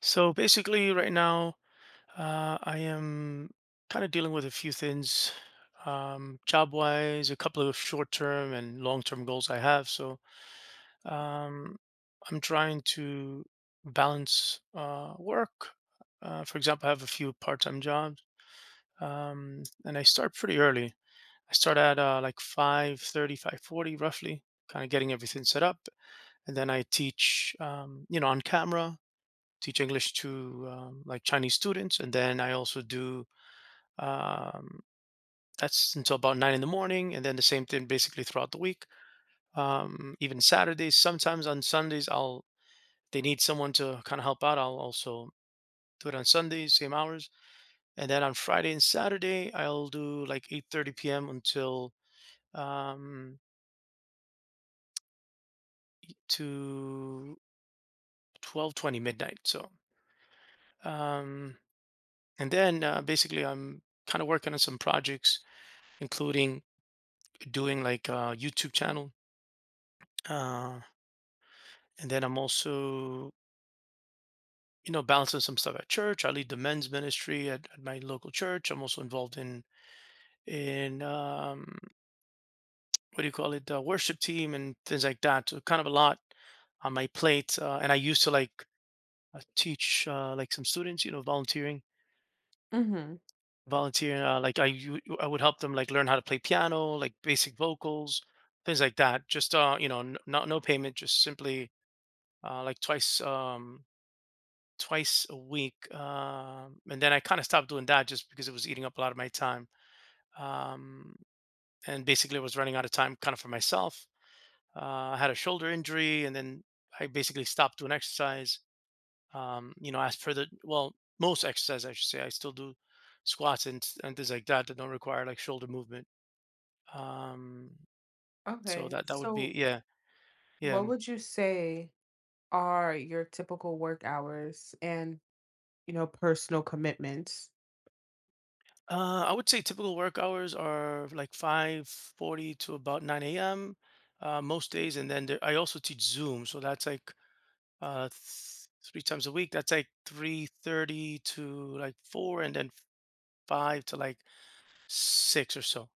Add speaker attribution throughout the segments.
Speaker 1: So basically, right now, I am kind of dealing with a few things, job-wise, a couple of short-term and long-term goals I have. So um, I'm trying to balance work. For example, I have a few part-time jobs, and I start pretty early. I start at like 5:30, 5:40, roughly, kind of getting everything set up, and then I teach, on camera teach English to like Chinese students, and then I also do um, that's until about 9 in the morning, and then the same thing basically throughout the week. Even Saturdays, sometimes on Sundays, I'll they need someone to kind of help out. I'll also do it on Sundays, same hours, and then on Friday and Saturday, I'll do like 8:30 p.m. until um, to 12:20 midnight. So um, and then basically, I'm kind of working on some projects, including doing like a YouTube channel. Uh, and then I'm also, you know, balancing some stuff at church. I lead the men's ministry at my local church. I'm also involved in what do you call it, the worship team and things like that. So kind of a lot on my plate. And I used to like teach like some students, you know, volunteering.
Speaker 2: Hmm.
Speaker 1: Like I would help them like learn how to play piano, like basic vocals, things like that. Just no payment, just simply like twice. Twice a week. And then I kind of stopped doing that just because it was eating up a lot of my time. Um, and basically, I was running out of time kind of for myself. I had a shoulder injury, and then I basically stopped doing exercise. You know, as per well, most exercise, I should say, I still do squats and things like that that don't require like shoulder movement. Um, so
Speaker 2: Okay.
Speaker 1: that would
Speaker 2: So,
Speaker 1: be, yeah, yeah.
Speaker 2: what would you say are your typical work hours and, you know, personal commitments?
Speaker 1: I would say typical work hours are like 5:40 to about 9 a.m., most days, and then there, I also teach Zoom, so that's like 3 times a week. That's like 3:30 to like four, and then five to like six or so.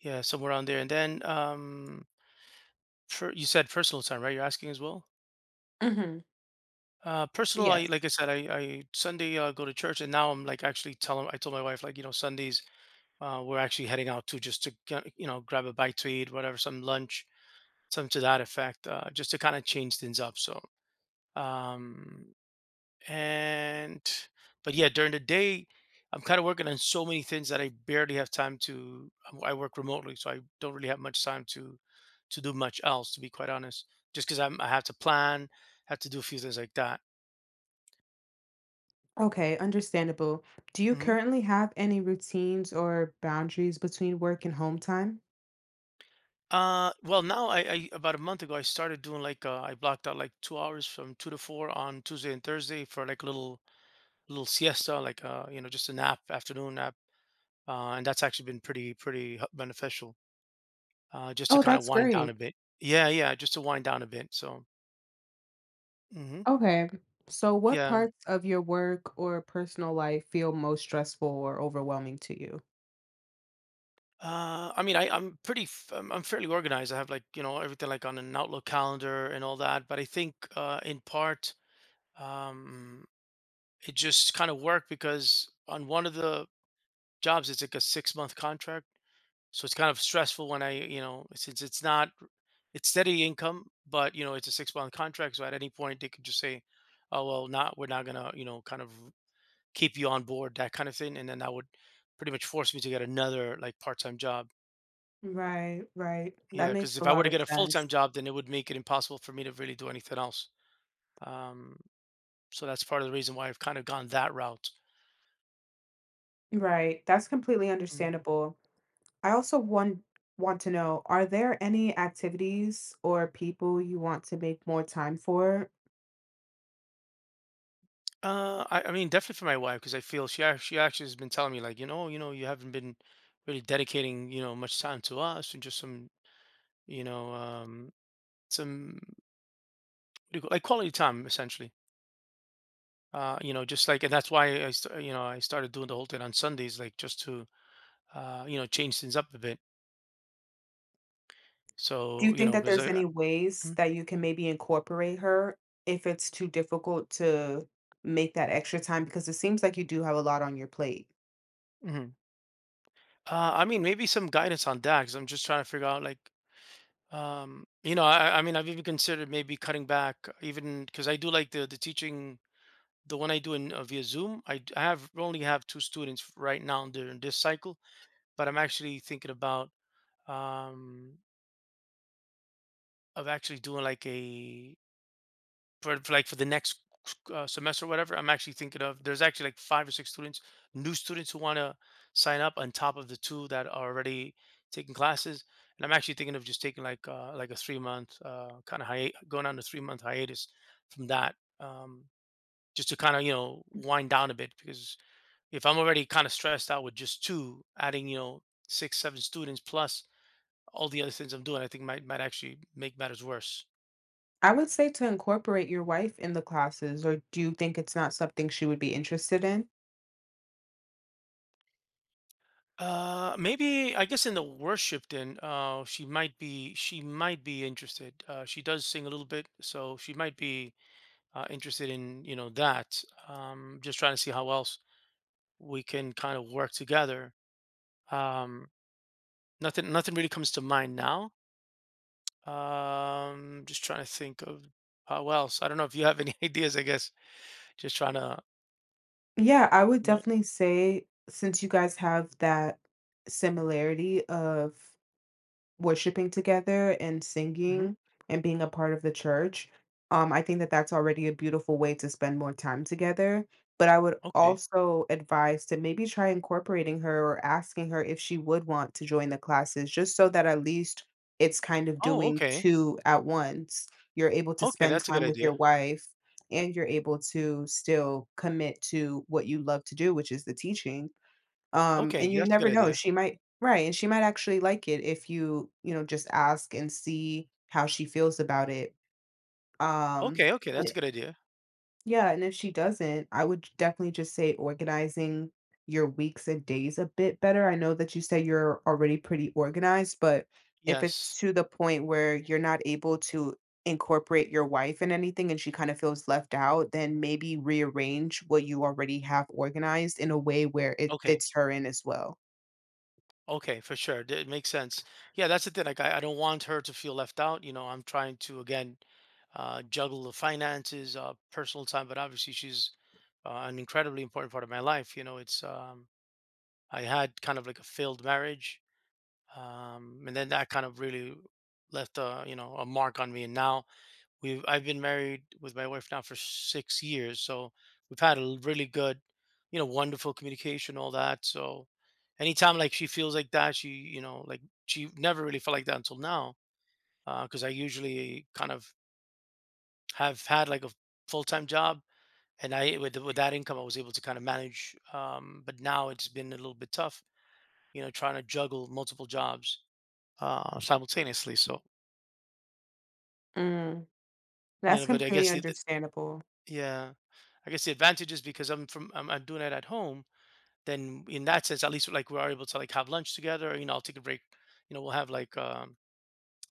Speaker 1: Yeah, somewhere around there. And then you said personal time, right? You're asking as well.
Speaker 2: Hmm.
Speaker 1: Personal, I
Speaker 2: Yes.
Speaker 1: like I said, I Sunday I go to church, and now I'm like actually telling I told my wife like, you know, Sundays. We're actually heading out to you know, grab a bite to eat, whatever, some lunch, some to that effect, just to kind of change things up. So, um, and but yeah, during the day, I'm kind of working on so many things that I barely have time to. I work remotely, so I don't really have much time to do much else, to be quite honest. Just because I have to plan, have to do a few things like that.
Speaker 2: Okay, understandable. Do you
Speaker 1: Mhm.
Speaker 2: currently have any routines or boundaries between work and home time?
Speaker 1: Well, now, I about a month ago I started doing like, I blocked out like 2 hours from 2 to 4 on Tuesday and Thursday for like a little siesta, like you know, just a nap, afternoon nap, and that's actually been beneficial, just to
Speaker 2: Oh,
Speaker 1: kind of
Speaker 2: that's
Speaker 1: wind down a
Speaker 2: great.
Speaker 1: bit. Yeah, yeah, just to wind down a bit. So, hmm
Speaker 2: Okay. So, what
Speaker 1: yeah.
Speaker 2: parts of your work or personal life feel most stressful or overwhelming to you?
Speaker 1: I mean, I I'm pretty f- I'm fairly organized. I have, like, you know, everything like on an Outlook calendar and all that, but I think in part, um it just kind of worked because on one of the jobs, it's like a 6 month contract. So it's kind of stressful when you know, since it's not, it's steady income, but, you know, it's a 6 month contract. So at any point they could just say, oh, well, not, we're not going to, you know, kind of keep you on board, that kind of thing. And then that would pretty much force me to get another like part time job.
Speaker 2: Right, right. That
Speaker 1: Yeah.
Speaker 2: makes
Speaker 1: Cause
Speaker 2: a
Speaker 1: if I were
Speaker 2: lot
Speaker 1: to
Speaker 2: of
Speaker 1: get a full time
Speaker 2: sense.
Speaker 1: job, then it would make it impossible for me to really do anything else. Um, so that's part of the reason why I've kind of gone that route.
Speaker 2: Right. That's completely understandable. I also want to know, are there any activities or people you want to make more time for?
Speaker 1: I mean, definitely for my wife because I feel she actually has been telling me like, you know, you haven't been really dedicating, you know, much time to us and just some, you know, um, some, what do you call- like, quality time essentially. You know, just like, and that's why I, st- you know, I started doing the whole thing on Sundays, like just to, change things up a bit.
Speaker 2: Do you
Speaker 1: So, you
Speaker 2: think
Speaker 1: know,
Speaker 2: that
Speaker 1: because
Speaker 2: there's
Speaker 1: I,
Speaker 2: any ways that you can maybe incorporate her if it's too difficult to make that extra time? Because it seems like you do have a lot on your plate.
Speaker 1: mm I mean, maybe some guidance on that because I'm just trying to figure out like, you know, I mean, I've even considered maybe cutting back, even because I do like the teaching, the one I do in via Zoom. I, d- I have only have two students right now during this cycle, but I'm actually thinking about um of actually doing like like for the next semester or whatever. I'm actually thinking of, there's actually like five or six students, new students who want to sign up on top of the two that are already taking classes, and I'm actually thinking of just taking like a 3 month kind of hiatus, going on a 3 month hiatus from that, um just to kind of, you know, wind down a bit, because if I'm already kind of stressed out with just two, adding, you know, six, seven students plus all the other things I'm doing, I think might actually make matters worse.
Speaker 2: I would say to incorporate your wife in the classes, or do you think it's not something she would be interested in?
Speaker 1: Maybe, I guess, in the worship then, she might be interested. She does sing a little bit, so she might be interested in, you know, that. Just trying to see how else we can kind of work together. Um, nothing really comes to mind now. Just trying to think of how else. I don't know if you have any ideas, I guess. Just trying to,
Speaker 2: Yeah, I would
Speaker 1: you know
Speaker 2: definitely say since you guys have that similarity of worshiping together and
Speaker 1: Mhm.
Speaker 2: singing and being a part of the church. I think that that's already a beautiful way to spend more time together. But I would
Speaker 1: Okay.
Speaker 2: also advise to maybe try incorporating her or asking her if she would want to join the classes, just so that at least it's kind of
Speaker 1: Oh,
Speaker 2: doing
Speaker 1: okay.
Speaker 2: two at once. You're able to
Speaker 1: Okay,
Speaker 2: spend
Speaker 1: that's a good
Speaker 2: time with your
Speaker 1: idea.
Speaker 2: wife and you're able to still commit to what you love to do, which is the teaching.
Speaker 1: Okay,
Speaker 2: And you
Speaker 1: that's a good
Speaker 2: never know,
Speaker 1: idea.
Speaker 2: she might right, and she might actually like it if you, you know, just ask and see how she feels about it. Um,
Speaker 1: Okay, okay, that's
Speaker 2: and
Speaker 1: a good idea.
Speaker 2: yeah, and if she doesn't, I would definitely just say organizing your weeks and days a bit better. I know that you said you're already pretty organized, but if it's
Speaker 1: Yes.
Speaker 2: to the point where you're not able to incorporate your wife in anything and she kind of feels left out, then maybe rearrange what you already have organized in a way where it
Speaker 1: Okay.
Speaker 2: fits her in as well.
Speaker 1: Okay, for sure. It makes sense. Yeah, that's the thing. Like, I don't want her to feel left out. You know, I'm trying to again, juggle the finances, personal time, but obviously she's an incredibly important part of my life. You know, it's I had kind of like a failed marriage, and then that kind of really left a you know a mark on me. And now, We've I've been married with my wife now for 6 years, so we've had a really good, you know, wonderful communication, all that. So anytime like she feels like that, she never really felt like that until now, because I usually kind of have had like a full time job, and I with that income I was able to kind of manage. But now it's been a little bit tough, you know, trying to juggle multiple jobs, simultaneously. So,
Speaker 2: Mm,
Speaker 1: you
Speaker 2: that's
Speaker 1: know, but I
Speaker 2: completely
Speaker 1: guess the,
Speaker 2: understandable.
Speaker 1: yeah. I guess the advantage is, because I'm doing it at home, then in that sense, at least like we're able to like have lunch together. You know, I'll take a break. You know, we'll have like um,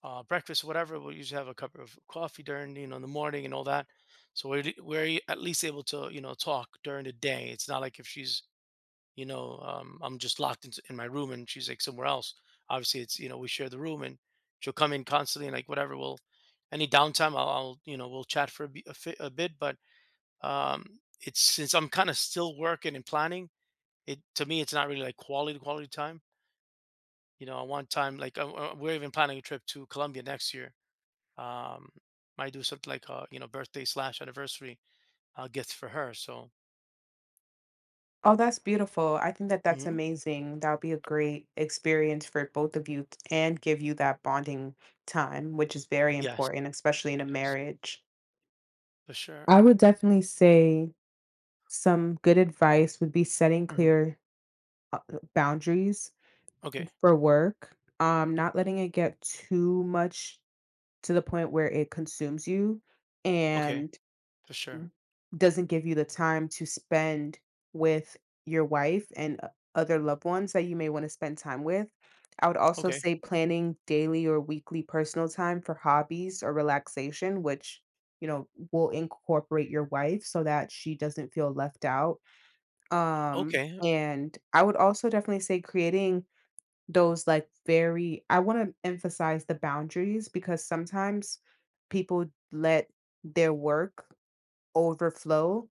Speaker 1: uh, breakfast or whatever. We'll usually have a cup of coffee during you know, in the morning and all that. So we're d- we're e- at least able to, you know, talk during the day. It's not like if she's you know I'm just locked into in my room and she's like somewhere else. Obviously, it's you know, we share the room and she'll come in constantly and like whatever. We'll Any downtime I'll you know we'll chat for a, bi- a, fi- a bit, but um, it's since I'm kind of still working and planning, it to me it's not really like quality, quality time. You know, I want time like, we're even planning a trip to Colombia next year. Um, might do something like a, you know, birthday/anniversary gift for her. So,
Speaker 2: Oh, that's beautiful. I think that that's
Speaker 1: hmm
Speaker 2: amazing. That'll be a great experience for both of and give you that bonding time, which is very
Speaker 1: yes,
Speaker 2: important, especially in a
Speaker 1: yes,
Speaker 2: marriage.
Speaker 1: for sure.
Speaker 2: I would definitely say some good advice would be setting
Speaker 1: hmm
Speaker 2: clear, uh, boundaries
Speaker 1: Okay,
Speaker 2: for work, not letting it get too much to the point where it consumes you
Speaker 1: okay,
Speaker 2: and
Speaker 1: for sure.
Speaker 2: doesn't give you the time to spend with your wife and o other loved ones that you may wanna spend time with. I would also
Speaker 1: Okay,
Speaker 2: say planning daily or weekly personal time for hobbies or relaxation, which, you know, will incorporate your wife so that she doesn't feel left out. Um,
Speaker 1: okay,
Speaker 2: and I would also definitely say creating those like very I want to emphasize the boundaries because sometimes people let their work overflow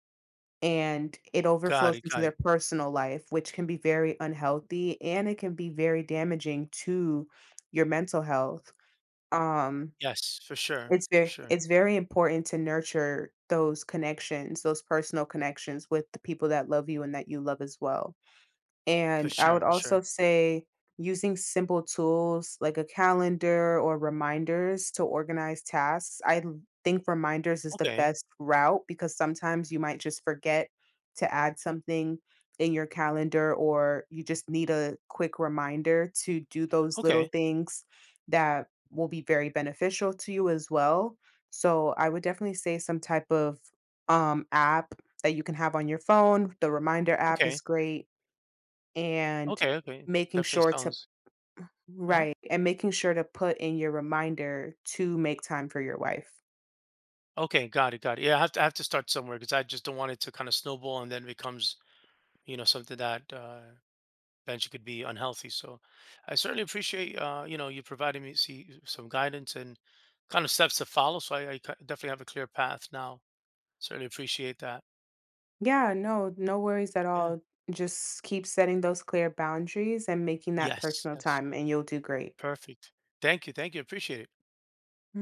Speaker 2: and it
Speaker 1: got
Speaker 2: overflows
Speaker 1: it,
Speaker 2: into
Speaker 1: got
Speaker 2: their
Speaker 1: it.
Speaker 2: personal life, which can be very unhealthy and it can be very damaging to your mental health. Um,
Speaker 1: Yes, for sure,
Speaker 2: it's
Speaker 1: for
Speaker 2: very
Speaker 1: sure,
Speaker 2: it's very important to nurture those connections, those personal connections with the people that love you and that you love as well.
Speaker 1: for
Speaker 2: And I
Speaker 1: sure,
Speaker 2: would
Speaker 1: for sure.
Speaker 2: also say using simple tools like a calendar or reminders to organize tasks. Think reminders is the
Speaker 1: Okay,
Speaker 2: best route because sometimes you might just forget to add something in your calendar or you just need a quick reminder to do those little
Speaker 1: okay,
Speaker 2: things that will be very beneficial to you as well. So I would definitely say some type of app that you can have on your phone. The reminder app is
Speaker 1: okay,
Speaker 2: great and
Speaker 1: okay, okay.
Speaker 2: making
Speaker 1: Definitely
Speaker 2: sure to
Speaker 1: sounds. uh
Speaker 2: right and making sure to put in your reminder to make time for your wife.
Speaker 1: Okay, got it, got it. Yeah, I have to start somewhere because I just don't want it to kind of snowball and then becomes, you know, something that, eventually could be unhealthy. So I certainly appreciate, you know, you providing me see some guidance and kind of steps to follow. So I definitely have a clear path now. Certainly appreciate that.
Speaker 2: Yeah, no, no worries at
Speaker 1: Yeah.
Speaker 2: all. Just keep setting those clear boundaries and making that
Speaker 1: Yes.
Speaker 2: personal
Speaker 1: Yes.
Speaker 2: time, and you'll do great.
Speaker 1: Perfect. Thank you. Thank you. Appreciate it.
Speaker 2: Mhm.